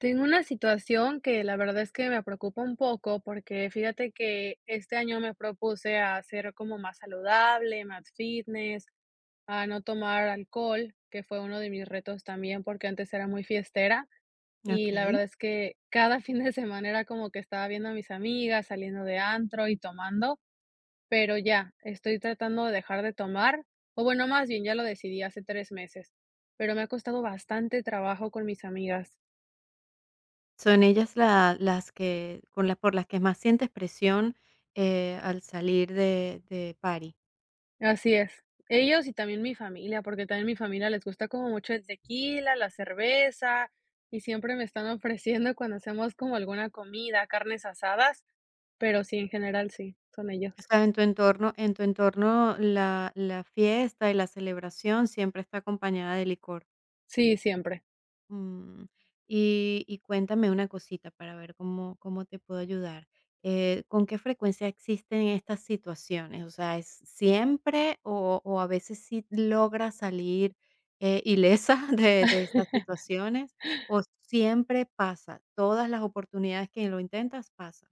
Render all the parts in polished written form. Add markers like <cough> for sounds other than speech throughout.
Tengo una situación que la verdad es que me preocupa un poco porque fíjate que este año me propuse a ser como más saludable, más fitness, a no tomar alcohol, que fue uno de mis retos también porque antes era muy fiestera y la Okey. verdad es que cada <laughs> fin de semana era como que estaba viendo a mis amigas saliendo de antro y tomando, pero ya estoy tratando de dejar de tomar, o bueno, más bien ya lo decidí hace 3 meses, pero me ha costado bastante trabajo con mis amigas. ¿Son ellas la las que con la por las que más sientes presión, al salir de París? Así es. Ellos y también mi familia, porque también mi familia les gusta como mucho el tequila, la cerveza, y siempre me están ofreciendo cuando hacemos como alguna comida, carnes asadas, pero sí, en general sí, son ellos. O sea, en tu entorno, la fiesta y la celebración siempre está acompañada de licor. Sí, siempre. Mm, y cuéntame una cosita para ver cómo, cómo te puedo ayudar. ¿Con qué frecuencia existen estas situaciones? O sea, ¿es siempre o a veces sí logras salir ilesa <laughs> de estas situaciones? ¿O siempre pasa? Todas las oportunidades que lo intentas pasa.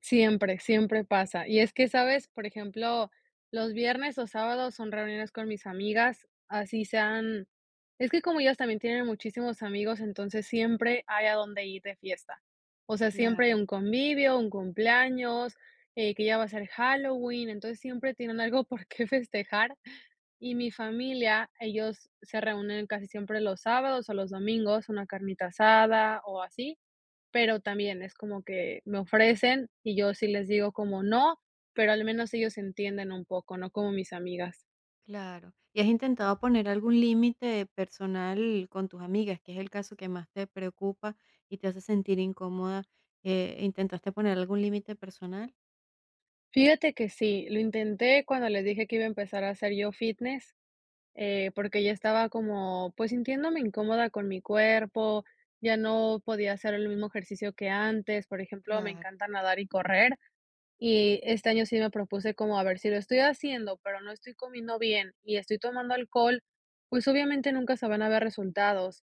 Siempre, siempre pasa. Y es que, ¿sabes? Por ejemplo, los viernes o sábados son reuniones con mis amigas, así sean, es que como ellas también tienen muchísimos amigos, entonces siempre hay a dónde ir de fiesta. O sea, siempre hay Claro. un convivio, un cumpleaños, que ya va a ser Halloween, entonces siempre tienen algo <laughs> por qué festejar. Y mi familia, ellos se reúnen casi siempre los sábados o los domingos, una carnita asada o así, pero también es como que me ofrecen y yo sí les digo como no, pero al menos ellos entienden un poco, no como mis amigas. Claro. ¿Y has intentado poner algún límite personal con tus amigas, que es el caso que más te preocupa y te hace sentir incómoda? ¿Intentaste poner algún límite personal? Fíjate que sí, lo intenté cuando les dije que iba a empezar a hacer yo fitness, porque ya estaba como, pues sintiéndome incómoda con mi cuerpo, ya no podía hacer el mismo ejercicio que antes, por ejemplo, me Claro. encanta nadar y correr. Y este año sí me propuse como, a ver, si lo estoy haciendo, pero no estoy comiendo bien y estoy tomando alcohol, pues obviamente nunca se van a ver resultados.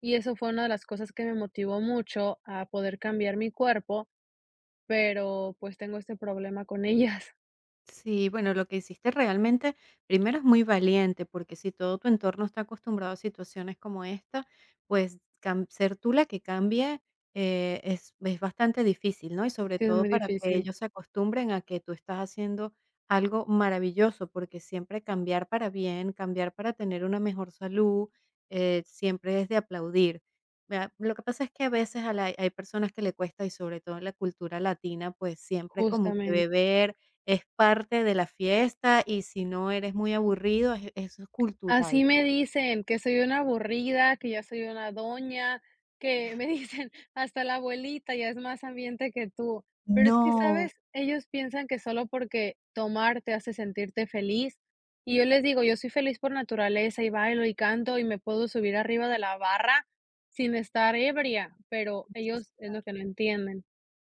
Y eso fue una de las cosas que me motivó mucho a poder cambiar mi cuerpo, pero pues tengo este problema con ellas. <laughs> Sí, bueno, lo que hiciste realmente, primero es muy valiente, porque si todo tu entorno está acostumbrado a situaciones como esta, pues ser tú la que cambie es bastante difícil, ¿no? Y sobre Sí, es todo muy para que difícil, ellos se acostumbren a que tú estás haciendo algo maravilloso, porque siempre cambiar para bien, cambiar para tener una mejor salud, siempre es de aplaudir. Vea, lo que pasa es que a veces hay personas que le cuesta, y sobre todo en la cultura latina, pues siempre como que justamente. beber es parte de la fiesta y si no eres muy aburrido, es eso es cultural. Así me dicen, que soy una aburrida, que ya soy una doña, que me <laughs> dicen, hasta la abuelita ya es más ambiente que tú. Pero es que, No. ¿sabes? Ellos piensan que solo porque tomar te hace sentirte feliz. Y yo les digo, yo soy feliz por naturaleza y bailo y canto y me puedo subir arriba de la barra sin estar ebria, pero Entonces, ellos es lo que no entienden.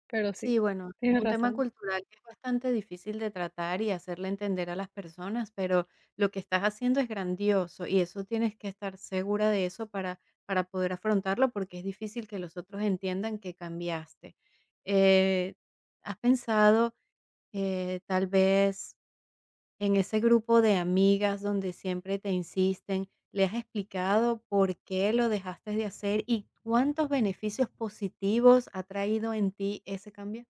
Pero sí, sí, bueno, es tienes un tema razón. cultural que es bastante difícil de tratar y hacerle entender a las personas, pero lo que estás haciendo es grandioso y eso tienes que estar segura de eso para poder afrontarlo, porque es difícil que los otros entiendan que cambiaste. Eh, ¿Has pensado, tal vez en ese grupo de amigas donde siempre te insisten, le has explicado por qué lo dejaste de hacer y cuántos beneficios positivos ha traído en ti ese cambio?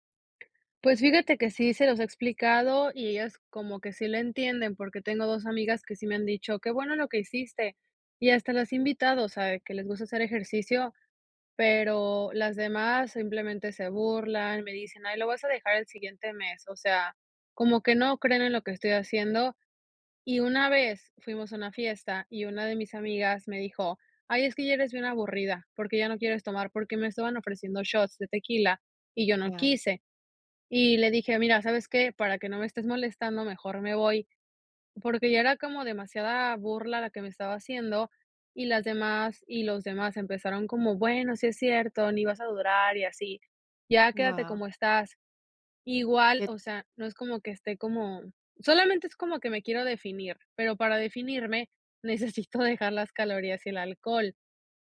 Pues fíjate que sí se los he explicado y ellas como que sí lo entienden, porque tengo 2 amigas que sí me han dicho: "Qué bueno lo que hiciste", y hasta las he invitado, o sea, que les gusta hacer ejercicio, pero las demás simplemente se burlan, me dicen: "Ay, lo vas a dejar el siguiente mes", o sea, como que no creen en lo que estoy haciendo. Y una vez fuimos a una fiesta y una de mis amigas me dijo: "Ay, es que ya eres bien aburrida, porque ya no quieres tomar", porque me estaban ofreciendo shots de tequila y yo no Claro, quise. Y le dije: "Mira, ¿sabes qué? Para que no me estés molestando, mejor me voy", porque ya era como demasiada burla la que me estaba haciendo, y las demás y los demás empezaron como: "Bueno, sí es cierto, ni vas a durar y así, ya quédate wow. como estás". Igual, Qué. o sea, no es como que esté como, solamente es como que me quiero definir, pero para definirme <laughs> necesito dejar las calorías y el alcohol,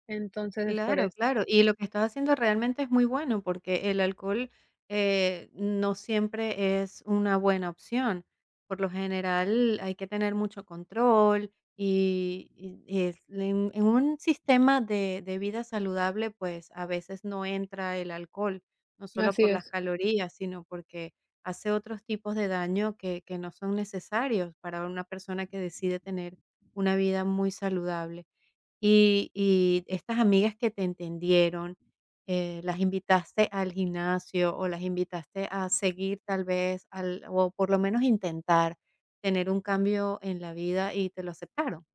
entonces es por Claro, eso. claro. Y lo que estás haciendo realmente es muy bueno, porque el alcohol no siempre es una buena opción. Por lo general hay que tener mucho control y en un sistema de vida saludable, pues a veces no entra el alcohol, no solo Así por las es. calorías, sino porque hace otros tipos de daño que no son necesarios para una persona que decide tener una vida muy saludable. Y estas amigas que te entendieron, ¿las invitaste al gimnasio, o las invitaste a seguir tal vez al o por lo menos intentar tener un cambio en la vida, y te lo aceptaron?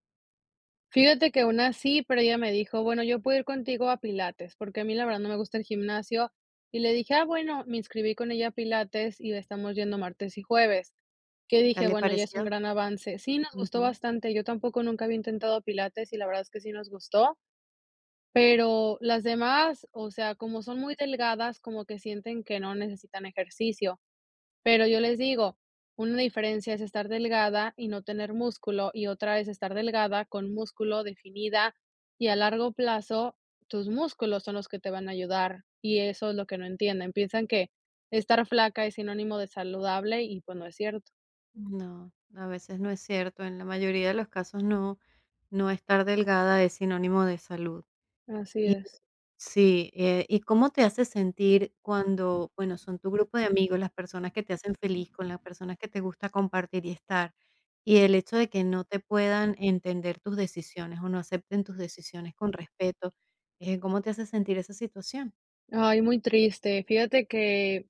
Fíjate que una sí, pero ella me dijo: "Bueno, yo puedo ir contigo a pilates", porque a mí la verdad no me gusta el gimnasio, y le dije: "Ah, bueno", me inscribí con ella a pilates y estamos yendo martes y jueves, que ¿Qué dije: tal le "Bueno, ya es pareció? un gran avance". Sí, nos gustó Ujú. bastante, yo tampoco nunca había intentado pilates y la verdad es que sí nos gustó, pero las demás, o sea, como son muy delgadas, como que sienten que no necesitan ejercicio. Pero yo les digo, una diferencia es estar delgada y no tener músculo, y otra es estar delgada con músculo, definida, y a largo plazo tus músculos son los que te van a ayudar, y eso es lo que no entienden. Piensan que estar flaca es sinónimo de saludable y pues no es cierto. No, a veces no es cierto. En la mayoría de los casos no no estar delgada es sinónimo de salud. Así es. Sí, ¿y cómo te hace sentir cuando, bueno, son tu grupo de amigos, las personas que te hacen feliz, con las personas que te gusta compartir y estar, y el hecho de que no te puedan entender tus decisiones o no acepten tus decisiones con respeto? ¿Cómo te hace sentir esa situación? Ay, muy triste. Fíjate que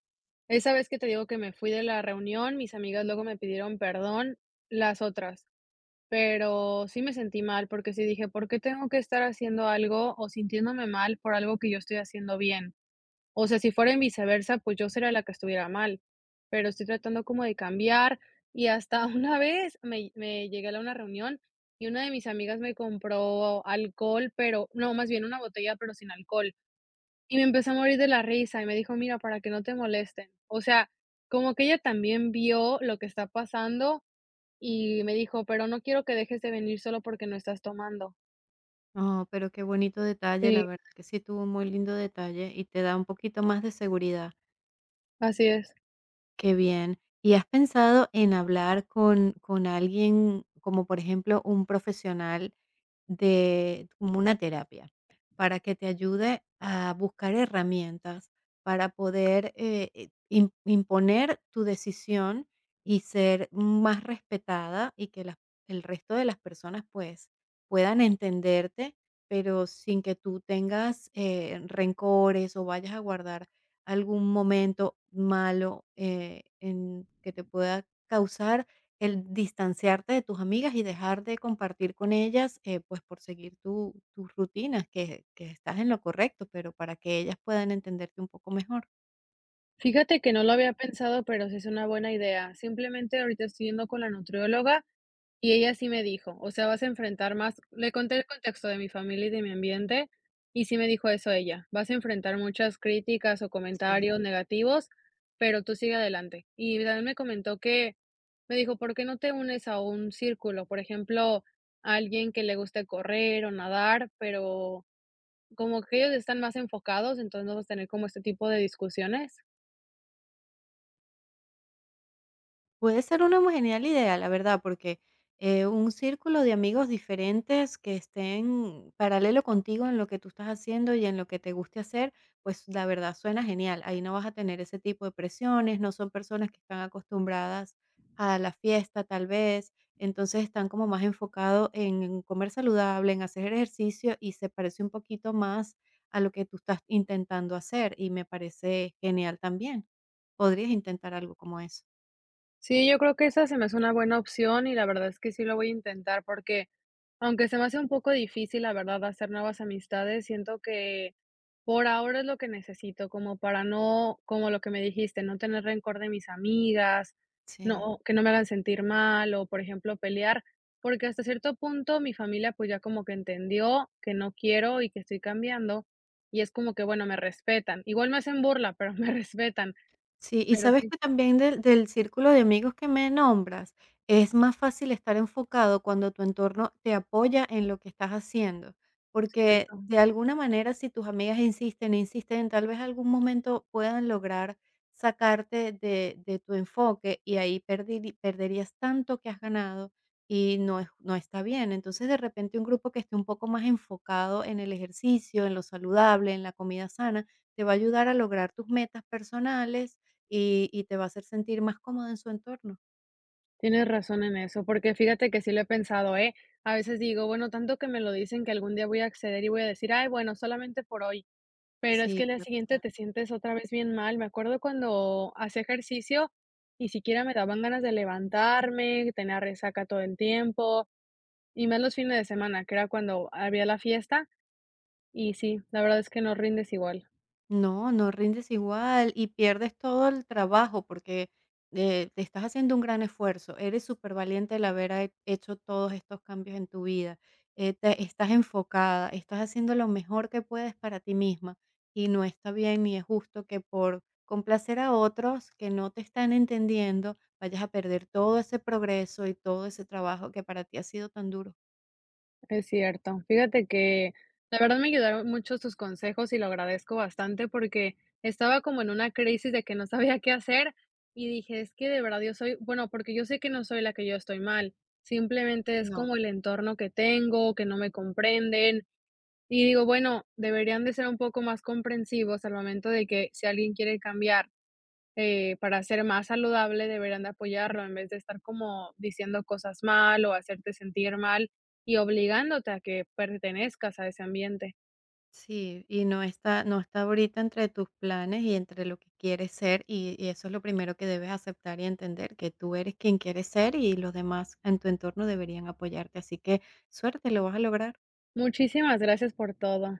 esa vez que te digo que me fui de la reunión, mis amigas luego me pidieron perdón, las otras. Pero sí me sentí mal, porque sí dije: "¿Por qué tengo que estar haciendo algo o sintiéndome mal por algo que yo estoy haciendo bien?". O sea, si fuera en viceversa, pues yo sería la que estuviera mal, pero estoy tratando como de cambiar. Y hasta <laughs> una vez me llegué a una reunión y una de mis amigas me compró alcohol, pero no, más bien una botella, pero sin alcohol. Y me empecé a morir de la risa y me dijo: "Mira, para que no te molesten". O sea, como que ella también vio lo que está pasando y me dijo: "Pero no quiero que dejes de venir solo porque no estás tomando". Oh, pero qué bonito detalle, la Sí, verdad que sí tuvo un muy lindo detalle y te da un poquito más de seguridad. así es. Qué bien. ¿Y has pensado en hablar con alguien como por ejemplo un profesional? De como una terapia, para que te ayude a buscar herramientas para poder, imponer tu decisión y ser más respetada y que el resto de las personas pues puedan entenderte, pero sin que tú tengas rencores o vayas a guardar algún momento malo en que te pueda causar el distanciarte de tus amigas y dejar de compartir con ellas, pues, por seguir tu tus rutinas, que estás en lo correcto, pero para que ellas puedan entenderte un poco mejor. Fíjate que no lo había pensado, pero sí es una buena idea. Simplemente ahorita estoy yendo con la nutrióloga y ella sí me dijo: "O sea, vas a enfrentar más". Le conté el contexto de mi familia y de mi ambiente, y sí me dijo eso ella: "Vas a enfrentar muchas críticas o Sí. comentarios negativos, pero tú sigue adelante". Y también me comentó, que me dijo: "¿Por qué no te unes a un círculo?". Por ejemplo, a alguien que le guste correr o nadar, pero como que ellos están más enfocados, entonces no vas a tener como este tipo de discusiones. Puede ser una muy genial idea, la verdad, porque, un círculo de amigos diferentes que estén paralelo contigo en lo que tú estás haciendo y en lo que te guste hacer, pues, la verdad suena genial. Ahí no vas a tener ese tipo de presiones, no son personas que están acostumbradas a la fiesta, tal vez, entonces están como más enfocados en comer saludable, en hacer ejercicio y se parece un poquito más a lo que tú estás intentando hacer, y me parece genial también. Podrías intentar algo como eso. Sí, yo creo que esa se me hace una buena opción y la verdad es que sí lo voy a intentar porque, aunque se me hace un poco difícil, la verdad, hacer nuevas amistades, siento que por ahora es lo que necesito, como para no, como lo que me dijiste, no tener rencor de mis amigas, Sí. no, que no me hagan sentir mal o, por ejemplo, pelear, porque hasta cierto punto mi familia pues ya como que entendió que no quiero y que estoy cambiando y es como que, bueno, me respetan. Igual me hacen burla, pero <laughs> me respetan, Sí, y pero sabes sí, que también del círculo de amigos que me nombras, es más fácil estar enfocado cuando tu entorno te apoya en lo que estás haciendo, es porque cierto. de alguna manera, si tus amigas insisten, e insisten, tal vez algún momento puedan lograr sacarte de tu enfoque y ahí perdiri perderías tanto que has ganado y no es no está bien. Entonces, de repente, un grupo que esté un poco más enfocado en el ejercicio, en lo saludable, en la comida sana, te va a ayudar a lograr tus metas personales y te va a hacer sentir más cómoda en su entorno. Tienes razón en eso, porque fíjate que sí lo he pensado, ¿eh? A veces digo, bueno, tanto que me lo dicen que algún día voy a acceder y voy a decir, ay, bueno, solamente por hoy, pero es que Sí, el día puede siguiente pasar. te sientes otra vez bien mal. Me acuerdo cuando hacía ejercicio, ni siquiera me daban ganas de levantarme, tenía resaca todo el tiempo, y más los fines de semana, que era cuando había la fiesta, y sí, la verdad es que no rindes igual. No, no rindes igual y pierdes todo el trabajo porque, te estás haciendo un gran esfuerzo. Eres súper valiente el haber ha hecho todos estos cambios en tu vida. Te estás enfocada, estás haciendo lo mejor que puedes para ti misma y no está bien ni es justo que por complacer a otros que no te están entendiendo, vayas a perder todo ese progreso y todo ese trabajo que para ti ha sido tan duro. Es cierto. Fíjate que la verdad me ayudaron mucho tus consejos y lo agradezco bastante porque estaba como en una crisis de que no sabía qué hacer y dije, es que de verdad yo soy, bueno, porque yo sé que no soy la que yo estoy mal, simplemente es No. como el entorno que tengo, que no me comprenden y digo, bueno, deberían de ser un poco más comprensivos al momento de que si alguien quiere cambiar, para ser más saludable deberían de apoyarlo en vez de estar como diciendo cosas mal o hacerte sentir mal y obligándote a que pertenezcas a ese ambiente. Sí, y no está, no está ahorita entre tus planes y entre lo que quieres ser, y eso es lo primero que debes aceptar y entender, que tú eres quien quieres ser y los demás en tu entorno deberían apoyarte. Así que suerte, lo vas a lograr. Muchísimas gracias por todo.